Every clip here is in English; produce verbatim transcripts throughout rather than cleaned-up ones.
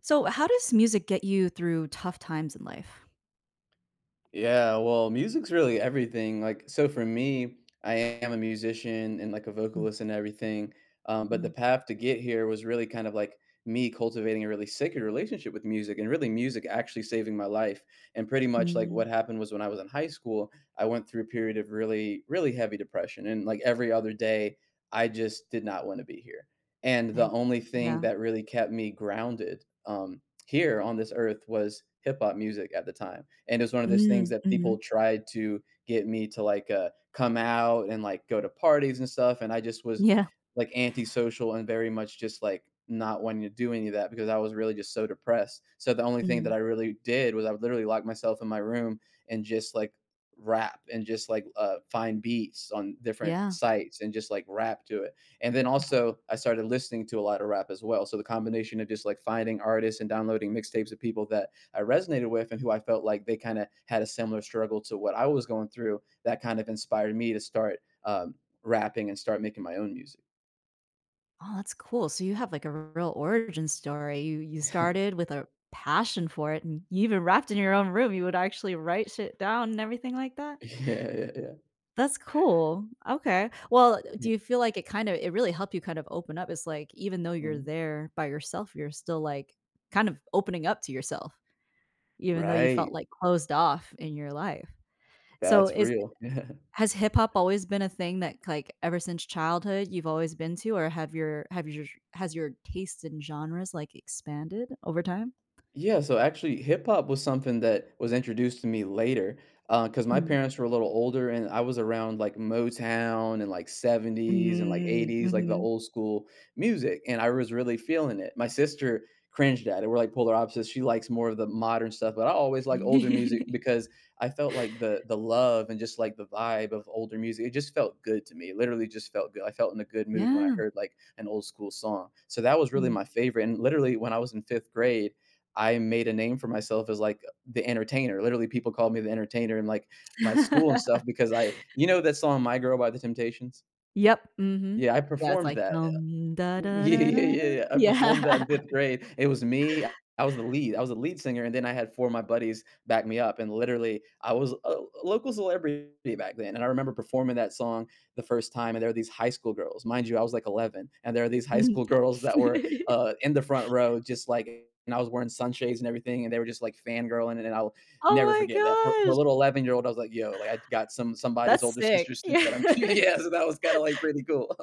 So, how does music get you through tough times in life? Yeah, well, music's really everything. Like, so for me, I am a musician and like a Mm. vocalist and everything. Um, but the Mm. path to get here was really kind of like me cultivating a really sacred relationship with music and really music actually saving my life. And pretty much like Mm. what happened was when I was in high school, I went through a period of really, really heavy depression. And like every other day, I just did not want to be here. And I the only thing Yeah. that really kept me grounded, Um, here on this earth, was hip hop music at the time. And it was one of those things Mm, that people mhm. tried to get me to like uh, come out and like go to parties and stuff. And I just was Yeah. like antisocial and very much just like not wanting to do any of that because I was really just so depressed. So the only thing Mm, that I really did was I would literally lock myself in my room and just like rap and just like uh, find beats on different yeah. sites and just like rap to it. And then also, I started listening to a lot of rap as well. So the combination of just like finding artists and downloading mixtapes of people that I resonated with and who I felt like they kind of had a similar struggle to what I was going through, that kind of inspired me to start um, rapping and start making my own music. Oh, that's cool. So you have like a real origin story. You you started with a passion for it and you even rapped in your own room. You would actually write shit down and everything like that? Yeah, yeah, That's cool. Okay. Well, yeah. do you feel like it kind of it really helped you kind of open up? It's like even though you're Mhm. there by yourself, you're still like kind of opening up to yourself. Even though you felt, Right. like, closed off in your life. So, That's is real. has hip hop always been a thing that, like, ever since childhood you've always been to, or have your have your has your taste in genres, like, expanded over time? Yeah, so actually, hip hop was something that was introduced to me later, because my Mm. parents were a little older, and I was around like Motown and like seventies and like Mm, eighties, like the mhm. old school music, and I was really feeling it. My sister cringed at it. We're like polar opposites. She likes more of the modern stuff, but I always like older music because I felt like the the love and just like the vibe of older music. It just felt good to me. It literally just felt good. I felt in a good mood when I Yeah. heard like an old school song. So that was really Mm. my favorite. And literally, when I was in fifth grade, I made a name for myself as like the entertainer. Literally, people called me the entertainer in like my school and stuff because I, you know, that song "My Girl" by the Temptations. Yep, mhm. Yeah, I Yeah, it's performed like that. dum da da Yeah, da da yeah, yeah, da. yeah. I performed that Yeah. in fifth grade. It was me, I I was the lead. I was the lead singer, and then I had four of my buddies back me up, and literally, I was a a local celebrity back then, and I remember performing that song the first time, and there were these high school girls. Mind you, I was, like, eleven, and there are these high Mhm. school girls that were, uh, in the front row just, like, and I was wearing sunshades and everything, and they were just, like, fangirling, and I'll Oh never forget that. For my for a gosh, little eleven-year-old, I was like, "Yo," like, I got some somebody's that's older sick. sister sent that I'm Yeah. Yeah, so that was kinda, like, pretty cool.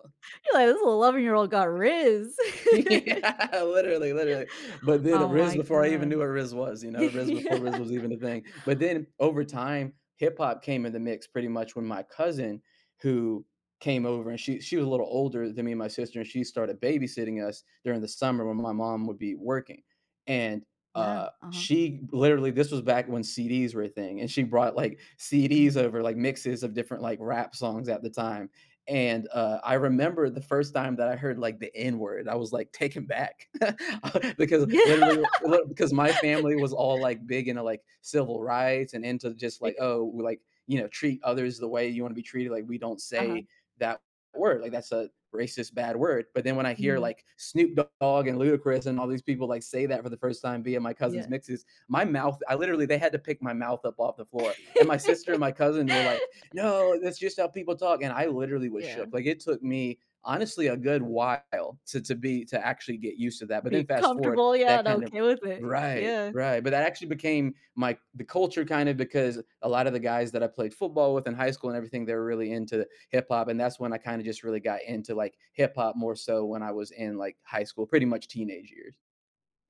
You're like, "This little eleven year old got riz." Yeah, literally, literally. But then Oh Riz my before I even god. knew what Riz was, you know, Riz before Riz was even a thing. But then over time, hip hop came in the mix pretty much when my cousin who came over, and she she was a little older than me and my sister, and she started babysitting us during the summer when my mom would be working. And Yeah, uh uh-huh. she literally, this was back when C Ds were a thing, and she brought like C Ds Mhm. over like mixes of different like rap songs at the time. And uh, I remember the first time that I heard like the N word, I was like taken back. Because Yeah. literally, li- because my family was all like big into like civil rights and into just Yeah, like, oh, we like, you know, treat others the way you want to be treated. Like, we don't uh-huh. say that word. Like, that's a racist bad word. But then when I hear Mm, like Snoop Dogg and Ludacris and all these people like say that for the first time via my yeah. cousin's mixes, my mouth I literally they had to pick my mouth up off the floor. And my sister and my cousin were like, no, that's just how people talk. And I literally was Yeah, shook, like it took me honestly a good while to to be to actually get used to that. But then be fast forward, comfortable, yeah, that and kind of okay with it. right, Yeah. right, but that actually became my the culture kind of, because a lot of the guys that I played football with in high school and everything, they were really into hip hop, and that's when I kind of just really got into like hip hop more so when I was in like high school, pretty much teenage years.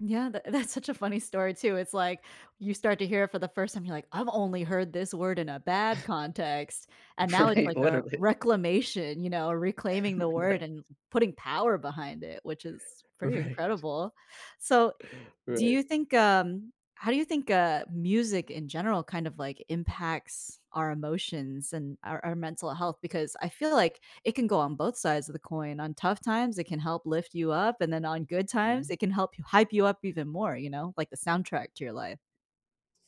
Yeah, tha that's such a funny story too, it's like, you start to hear it for the first time, you're like, "I've only heard this word in a bad context," and now it's Right, like a literally. reclamation, you know, reclaiming the word Right, and putting power behind it, which is pretty right. incredible. So Do Right. you think, um how do you think, uh, music in general kind of, like, impacts our emotions and our our mental health? Because I feel like it can go on both sides of the coin. On tough times, it can help lift you up, and then on good times, Mhm. it can help you hype you up even more, you know, like the soundtrack to your life.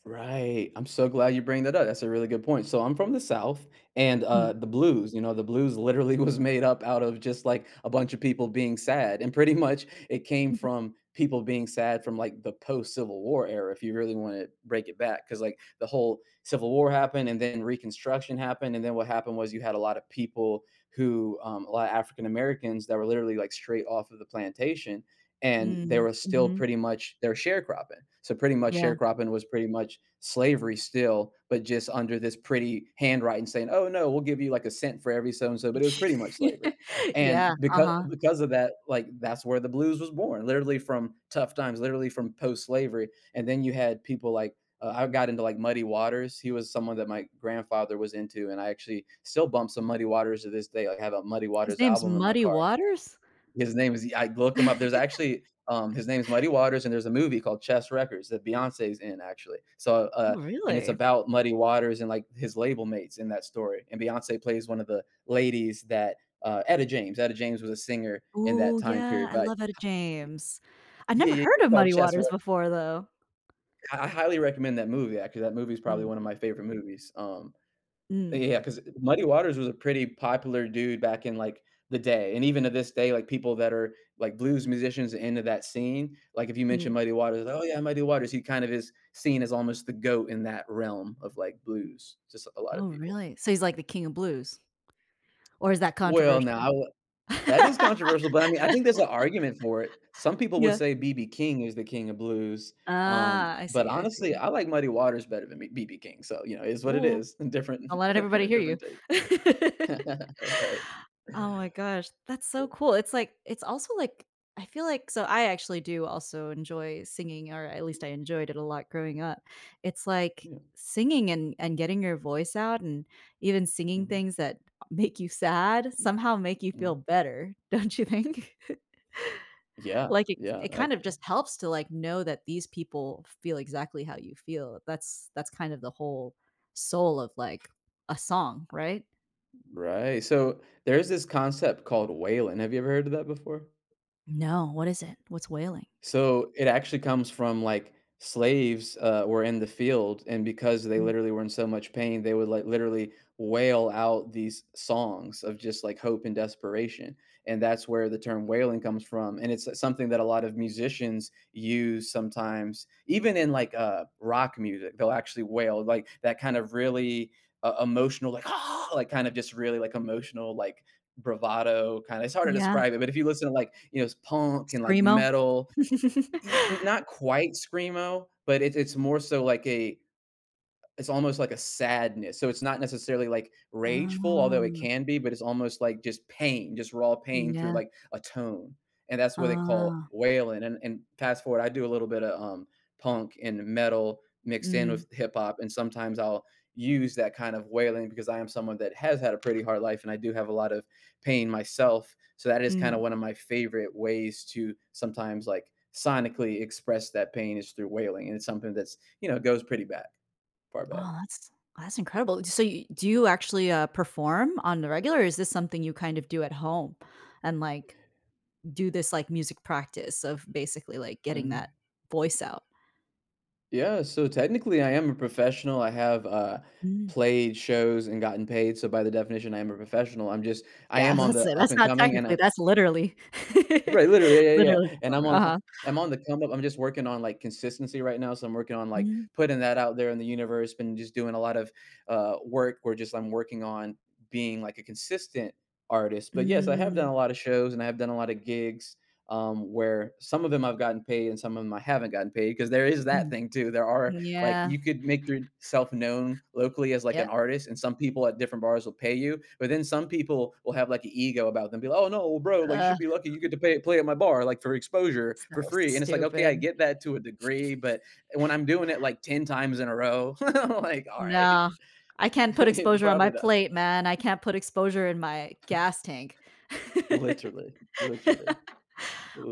Right. I'm so glad you bring that up. That's a really good point. So I'm from the South, and Mm. uh the blues, you know, the blues literally was made up out of just like a bunch of people being sad. And pretty much it came from people being sad from like the post Civil War era, if you really want to break it back. Cause like the whole Civil War happened, and then Reconstruction happened. And then what happened was you had a lot of people who, um, a lot of African Americans that were literally like straight off of the plantation, and they Mm, were still mhm, pretty much, they're sharecropping. So pretty much yeah. sharecropping was pretty much slavery still, but just under this pretty handwriting saying, "Oh no, we'll give you like a cent for every so and so," but it was pretty much slavery. Yeah, And because uh-huh. because of that, like that's where the blues was born, literally from tough times, literally from post slavery. And then you had people like uh, I got into like Muddy Waters. He was someone that my grandfather was into, and I actually still bump some Muddy Waters to this day. Like, I have a Muddy His Waters name's album in my Muddy car. Waters? His name is, I look him up. There's actually um, his name is Muddy Waters, and there's a movie called Chess Records that Beyonce's in actually. So uh, Oh, And it's really? about Muddy Waters and like his label mates in that story. And Beyonce plays one of the ladies that uh, Etta James. Etta James was a singer in that Oh, time yeah, period, I but love Etta James. I yeah, never yeah, heard it's of called Muddy Chess. Rec- Waters before, though. I I highly recommend that movie. Actually, that movie is probably Mm, one of my favorite movies. Um, mm, Yeah, because Muddy Waters was a pretty popular dude back in, like, the day, and even to this day, like, people that are, like, blues musicians into that scene, like, if you mention mm. Muddy Waters, like, "Oh, yeah, Muddy Waters," he kind of is seen as almost the GOAT in that realm of, like, blues, just a lot of Oh, people. really? So he's like the king of blues, or is that Well, controversial? now that is controversial, but, I mean, I think there's an argument for it. Some people would Yeah. say B B King is the king of blues, um, Ah, I but see, I see. honestly, I like Muddy Waters better than B BB King, so, you know, it is what it Ooh, is, different don't let everybody hear you. different taste. All right. Oh my gosh, that's so cool. It's like it's also like I feel like, so I actually do also enjoy singing, or at least I enjoyed it a lot growing up. It's like Yeah, singing and and getting your voice out and even singing mhm. things that make you sad somehow make you feel Mm. better, don't you think? Yeah, Like, it yeah, it kind of actually. just helps to, like, know that these people feel exactly how you feel. That's that's kind of the whole soul of, like, a song, right? Right, so, there's this concept called whaling, have you ever heard of that before? No, what is it? What's wailing? So it actually comes from like slaves uh, were in the field, and because they Mm. literally were in so much pain, they would like literally wail out these songs of just like hope and desperation, and that's where the term wailing comes from. And it's something that a lot of musicians use sometimes, even in like uh, rock music. They'll actually wail like that kind of really uh, emotional, like ah, like kind of just really like emotional, like bravado kind of, it's hard to Yeah, describe it, but if you listen to like you know punk and like screamo. metal. E Not quite screamo, but it's it's more so like a it's almost like a sadness. So it's not necessarily like rageful, although it Oh, can be, but it's almost like just pain, just raw pain through yeah. like a tone. And that's what they call Oh. wailing. And and fast forward, I do a little bit of um punk and metal mixed in Mm, with hip hop. And sometimes I'll use that kind of wailing because I am someone that has had a pretty hard life, and I do have a lot of pain myself. So that is kind mm. of one of my favorite ways to sometimes like sonically express that pain is through wailing. And it's something that's, you know, goes pretty back, far back. Oh, that's that's incredible. So, you do you actually, uh, perform on the regular, or is this something you kind of do at home and, like, do this, like, music practice of basically, like, getting that Mhm. voice out. Yeah, so technically I am a professional. I have uh Mm. played shows and gotten paid, so by the definition I am a professional. I'm just I Yeah, am on that's the it. up That's and not coming. And I technically, that's literally right, literally, yeah, yeah, literally yeah. And I'm performer, on uh-huh. o- I'm on the come up. I'm just working on like consistency right now. So I'm working on like Mm, putting that out there in the universe, been just doing a lot of uh work where just I'm working on being like a consistent artist. But yes, I have done mm, a lot of shows and I have done a lot of gigs um where some of them I've gotten paid and some of them I haven't gotten paid because there is that mm. thing too. There are like Yeah, you could make yourself known locally as like yeah, an artist, and some people at different bars will pay you. But then some people will have like an ego about them, be like, "Oh no, well, bro, like you ugh, should be lucky you get to pay, play at my bar, like for exposure so for free." And it's like, okay, I stupid. get that to a degree, but when I'm doing it like ten times in a row, I'm like, all right, No. I can't put exposure on my probably not. plate, man. I can't put exposure in my gas tank. Literally, literally,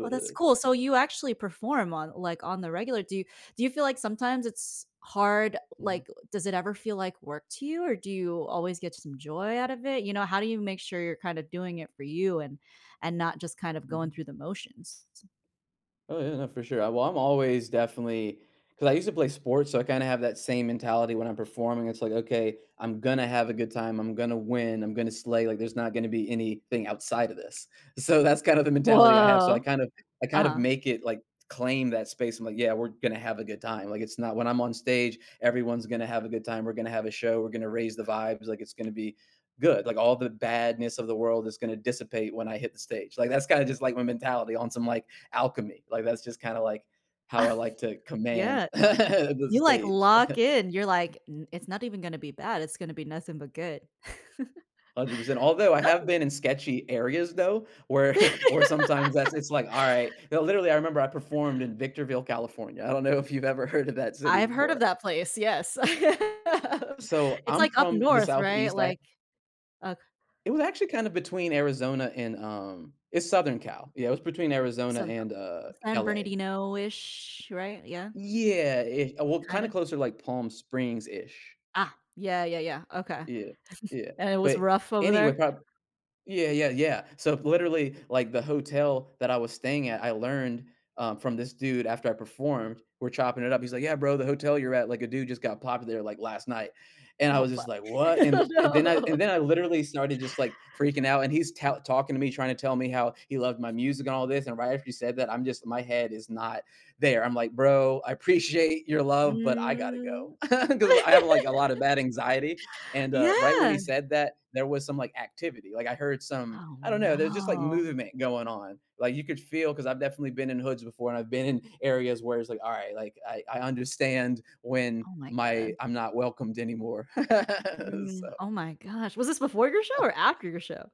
Oh, that's cool. So you actually perform on like, on the regular. Do you do you feel like sometimes it's hard? Mhm, Like, does it ever feel like work to you, or do you always get some joy out of it? You know, how do you make sure you're kind of doing it for you and and not just kind of going mhm. through the motions? Oh yeah, no, for sure. I, well, I'm always definitely because I used to play sports, so I kind of have that same mentality when I'm performing. It's like, okay, I'm gonna have a good time. I'm gonna win. I'm gonna slay. Like, there's not gonna be anything outside of this. So that's kind of the mentality I have. So I Whoa. kind of, I kind of Uh-huh. make it like claim that space. I'm like, yeah, we're gonna have a good time. Like, it's not when I'm on stage, everyone's gonna have a good time. We're gonna have a show. We're gonna raise the vibes. Like, it's gonna be good. Like, all the badness of the world is gonna dissipate when I hit the stage. Like, that's kind of just like my mentality on some like alchemy. Like that's just kind of like how I like to Yeah. command the You, like, stage. lock in. You're like, "N It's not even gonna be bad. It's gonna be nothing but good." one hundred percent. Although I have been in sketchy areas though, where where sometimes that's it's like, all right. No, literally, I remember I performed in Victorville, California. I don't know if you've ever heard of that city I've heard of before. that place, yes. So It's, I'm like, up from the north, right? southeast. I Like, uh, It was actually kind of between Arizona and um it's Southern Cal. Yeah, it was between Arizona South and uh San L A. Bernardino-ish, right? Yeah, Yeah, it, well, kind kinda? of closer to like Palm Springs ish. Ah, yeah, yeah, yeah, okay. Yeah, yeah. And it was But rough over anyway, there? prob- Yeah, yeah, yeah. So literally, like the hotel that I was staying at, I learned, um, from this dude after I performed. We're chopping it up. He's like, "Yeah, bro, the hotel you're at, like a dude just got popped there like last night," and I Oh, was just fuck. like, "What?" And and then I No. and then I literally started just like freaking out. And he's ta- talking to me, trying to tell me how he loved my music and all this. And right after he said that, I'm just my head is not there. I'm like, "Bro, I appreciate your love, but I gotta go Mm. because I have like a lot of bad anxiety." And uh, right when Yeah. he said that, there was some like activity. Like I heard some, Oh, I don't know, there's just like no. movement going on. Like you could feel because I've definitely been in hoods before and I've been in areas where it's like, all right, like I, I understand when Oh my my god. I'm not welcomed anymore. Mm, so oh my gosh. Was this before your show or after your show?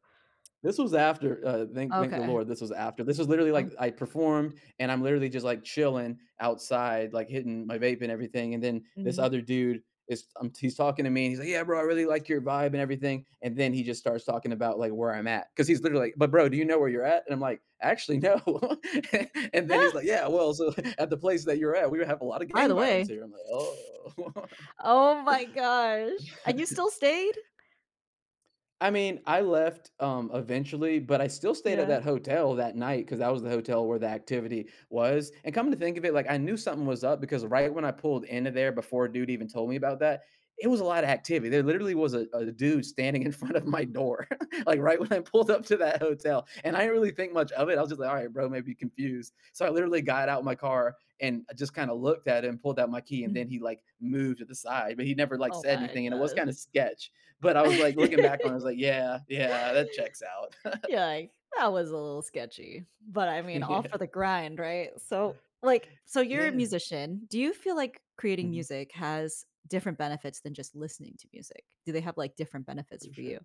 this was after, uh, thank thank the Okay. Lord, this was after. This was literally Oh, like I performed and I'm literally just like chilling outside, like hitting my vape and everything. And then this mhm. other dude is um, he's talking to me and he's like, yeah, bro, I really like your vibe and everything. And then he just starts talking about like where I'm at. Cause he's literally like, but bro, do you know where you're at? And I'm like, actually no. And then Ah, he's like, yeah, well, so at the place that you're at, we have a lot of by gang the violence way. here. I'm like, oh. Oh my gosh. And you still stayed? I mean, I left, um, eventually, but I still stayed at Yeah. that hotel that night because that was the hotel where the activity was, and coming to think of it, like, I knew something was up because right when I pulled into there before a dude even told me about that, it was a lot of activity. There literally was a a dude standing in front of my door, like, right when I pulled up to that hotel, and I didn't really think much of it. I was just like, "All right, bro, maybe confused." So I literally got out my car and I just kinda looked at him, pulled out my key, and Mm. then he, like, moved to the side, but he never, like, Oh said my anything, and it was gosh. kinda sketch. But I was, like, looking back on it, I was like, "Yeah, yeah, that checks out." Yeah, like, "That was a little sketchy," but, I mean, all Yeah. for the grind, right? So, like, so you're a Yeah. musician. Do you feel like creating Mhm. music has different benefits than just listening to music? Do they have, like, different benefits For for sure. you?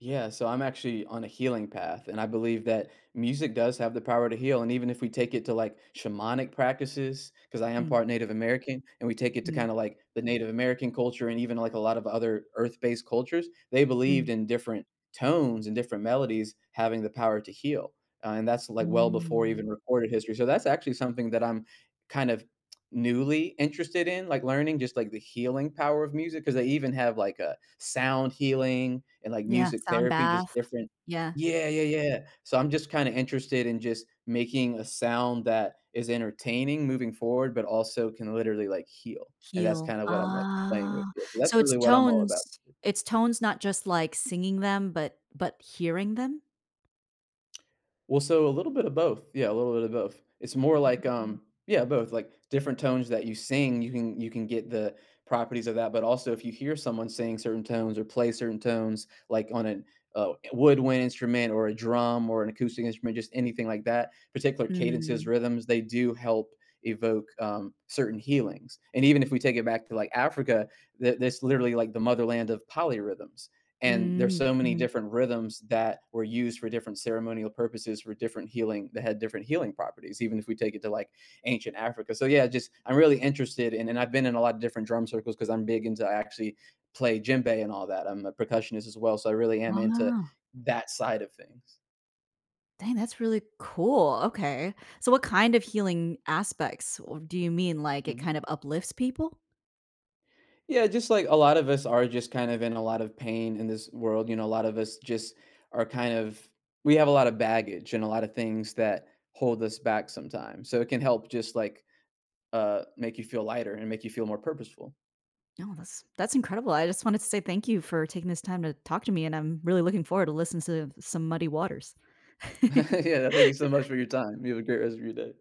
Yeah, so I'm actually on a healing path, and I believe that music does have the power to heal. And even if we take it to like shamanic practices, because I am Mm, part Native American, and we take it to mm, kind of like the Native American culture and even like a lot of other earth based cultures, they believed mm, in different tones and different melodies having the power to heal. Uh, and that's like well before mm. even recorded history. So that's actually something that I'm kind of newly interested in, like learning just like the healing power of music, because they even have like a sound healing and like Yeah, music sound therapy, just bath. different Yeah. Yeah, yeah, yeah. So I'm just kinda interested in just making a sound that is entertaining moving forward, but also can literally like heal. And that's Heal. kinda what I'm like playing with. Ah, Yeah, that's so it's really what I'm all about. tones it's tones, not just, like, singing them, but but hearing them? Well, so a little bit of both. Yeah, a little bit of both. It's more like, Mhm. um, yeah, both. Like different tones that you sing, you can you can get the properties of that. But also, if you hear someone sing certain tones or play certain tones, like on a uh, woodwind instrument or a drum or an acoustic instrument, just anything like that, particular cadences, Mm, rhythms, they do help evoke um, certain healings. And even if we take it back to like Africa, th- that's literally like the motherland of polyrhythms, and there's mm, so many mhm. different rhythms that were used for different ceremonial purposes for different healing that had different healing properties, even if we take it to like ancient Africa. So yeah, just I'm really interested in. And I've been in a lot of different drum circles because I'm big into, I actually play djembe and all that. I'm a percussionist as well, so I really am into Ah. that side of things. Dang, that's really cool. Okay. So what kind of healing aspects w- do you mean? Like it Mhm. kind of uplifts people? Yeah, just like a lot of us are just kind of in a lot of pain in this world, you know, a lot of us just are kind of we have a lot of baggage and a lot of things that hold us back sometimes, so it can help just like, uh, make you feel lighter and make you feel more purposeful. No, that's that's incredible. I just wanted to say thank you for taking this time to talk to me, and I'm really looking forward to listening to some Muddy Waters. Yeah, thank you so much for your time. You have a great rest of your day.